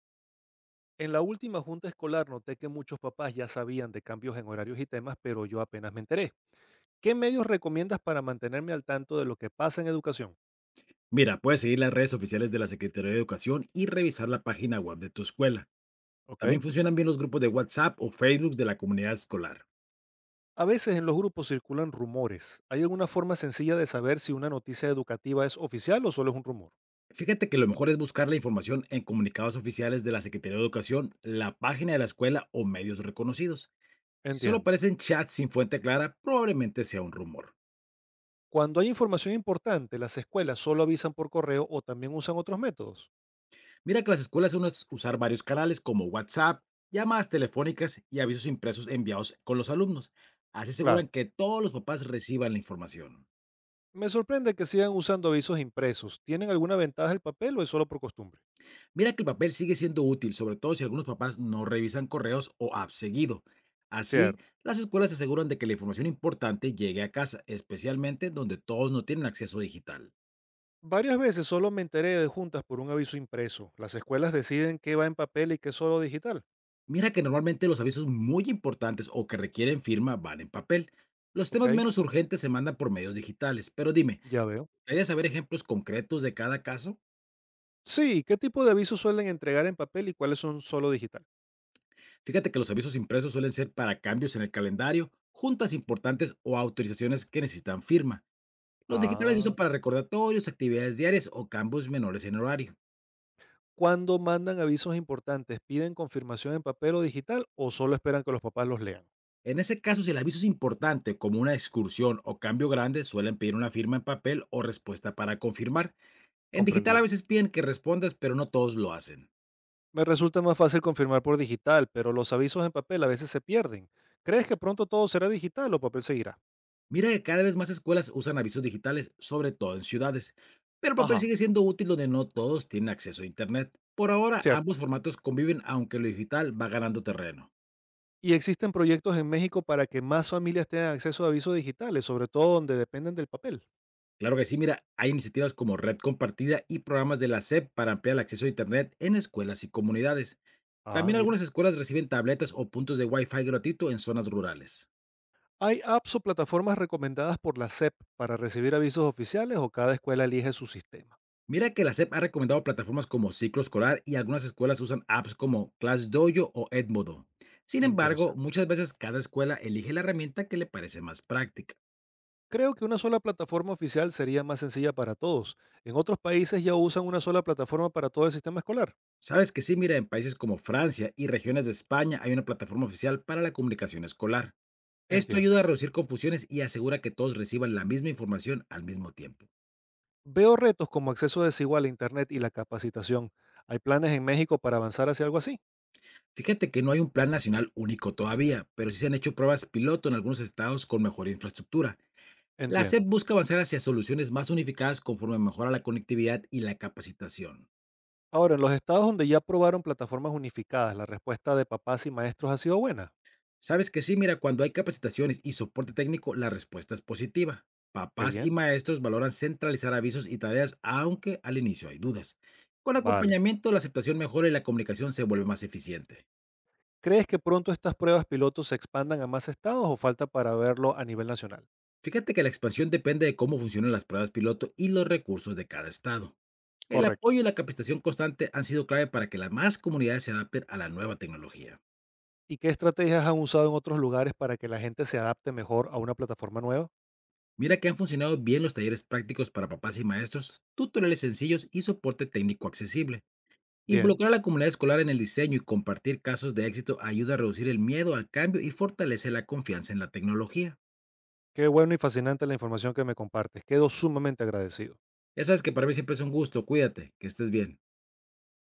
En la última junta escolar noté que muchos papás ya sabían de cambios en horarios y temas, pero yo apenas me enteré. ¿Qué medios recomiendas para mantenerme al tanto de lo que pasa en educación? Mira, puedes seguir las redes oficiales de la Secretaría de Educación y revisar la página web de tu escuela. ¿Ok? También funcionan bien los grupos de WhatsApp o Facebook de la comunidad escolar. A veces en los grupos circulan rumores. ¿Hay alguna forma sencilla de saber si una noticia educativa es oficial o solo es un rumor? Fíjate que lo mejor es buscar la información en comunicados oficiales de la Secretaría de Educación, la página de la escuela o medios reconocidos. Si solo Entiendo. aparecen chats sin fuente clara, probablemente sea un rumor. Cuando hay información importante, las escuelas solo avisan por correo o también usan otros métodos. Mira que las escuelas suelen usar varios canales como WhatsApp, llamadas telefónicas y avisos impresos enviados con los alumnos. Así aseguran Claro. que todos los papás reciban la información. Me sorprende que sigan usando avisos impresos. ¿Tienen alguna ventaja el papel o es solo por costumbre? Mira que el papel sigue siendo útil, sobre todo si algunos papás no revisan correos o apps seguido. Así, Cierto. las escuelas se aseguran de que la información importante llegue a casa, especialmente donde todos no tienen acceso digital. Varias veces solo me enteré de juntas por un aviso impreso. Las escuelas deciden qué va en papel y qué solo digital. Mira que normalmente los avisos muy importantes o que requieren firma van en papel. Los Ok, temas menos urgentes se mandan por medios digitales, pero dime, ya veo. ¿querías saber ejemplos concretos de cada caso? Sí, ¿qué tipo de avisos suelen entregar en papel y cuáles son solo digital? Fíjate que los avisos impresos suelen ser para cambios en el calendario, juntas importantes o autorizaciones que necesitan firma. Los digitales se usan Ah. para recordatorios, actividades diarias o cambios menores en horario. Cuando mandan avisos importantes, ¿piden confirmación en papel o digital o solo esperan que los papás los lean? En ese caso, si el aviso es importante, como una excursión o cambio grande, suelen pedir una firma en papel o respuesta para confirmar. En digital a Comprendido. veces piden que respondas, pero no todos lo hacen. Me resulta más fácil confirmar por digital, pero los avisos en papel a veces se pierden. ¿Crees que pronto todo será digital o papel seguirá? Mira que cada vez más escuelas usan avisos digitales, sobre todo en ciudades, pero el papel Ajá, sigue siendo útil donde no todos tienen acceso a Internet. Por ahora, cierto. ambos formatos conviven aunque lo digital va ganando terreno. Y existen proyectos en México para que más familias tengan acceso a avisos digitales, sobre todo donde dependen del papel. Claro que sí, mira, hay iniciativas como Red Compartida y programas de la SEP para ampliar el acceso a Internet en escuelas y comunidades. Ah, También mira. algunas escuelas reciben tabletas o puntos de Wi-Fi gratuito en zonas rurales. ¿Hay apps o plataformas recomendadas por la SEP para recibir avisos oficiales o cada escuela elige su sistema? Mira que la SEP ha recomendado plataformas como Ciclo Escolar y algunas escuelas usan apps como ClassDojo o Edmodo. Sin embargo, Interesante. muchas veces cada escuela elige la herramienta que le parece más práctica. Creo que una sola plataforma oficial sería más sencilla para todos. En otros países ya usan una sola plataforma para todo el sistema escolar. Sabes que sí, mira, en países como Francia y regiones de España hay una plataforma oficial para la comunicación escolar. Esto Entiendo. ayuda a reducir confusiones y asegura que todos reciban la misma información al mismo tiempo. Veo retos como acceso desigual a Internet y la capacitación. ¿Hay planes en México para avanzar hacia algo así? Fíjate que no hay un plan nacional único todavía, pero sí se han hecho pruebas piloto en algunos estados con mejor infraestructura. La SEP Entiendo. busca avanzar hacia soluciones más unificadas conforme mejora la conectividad y la capacitación. Ahora, en los estados donde ya aprobaron plataformas unificadas, la respuesta de papás y maestros ha sido buena. Sabes que sí, mira, cuando hay capacitaciones y soporte técnico, la respuesta es positiva. Qué Papás y bien. maestros valoran centralizar avisos y tareas, aunque al inicio hay dudas. Con Vale. acompañamiento, la aceptación mejora y la comunicación se vuelve más eficiente. ¿Crees que pronto estas pruebas pilotos se expandan a más estados o falta para verlo a nivel nacional? Fíjate que la expansión depende de cómo funcionan las pruebas piloto y los recursos de cada estado. El Correcto. apoyo y la capacitación constante han sido clave para que las más comunidades se adapten a la nueva tecnología. ¿Y qué estrategias han usado en otros lugares para que la gente se adapte mejor a una plataforma nueva? Mira que han funcionado bien los talleres prácticos para papás y maestros, tutoriales sencillos y soporte técnico accesible. Bien. Involucrar a la comunidad escolar en el diseño y compartir casos de éxito ayuda a reducir el miedo al cambio y fortalece la confianza en la tecnología. Qué bueno y fascinante la información que me compartes. Quedo sumamente agradecido. Ya sabes que para mí siempre es un gusto, cuídate, que estés bien.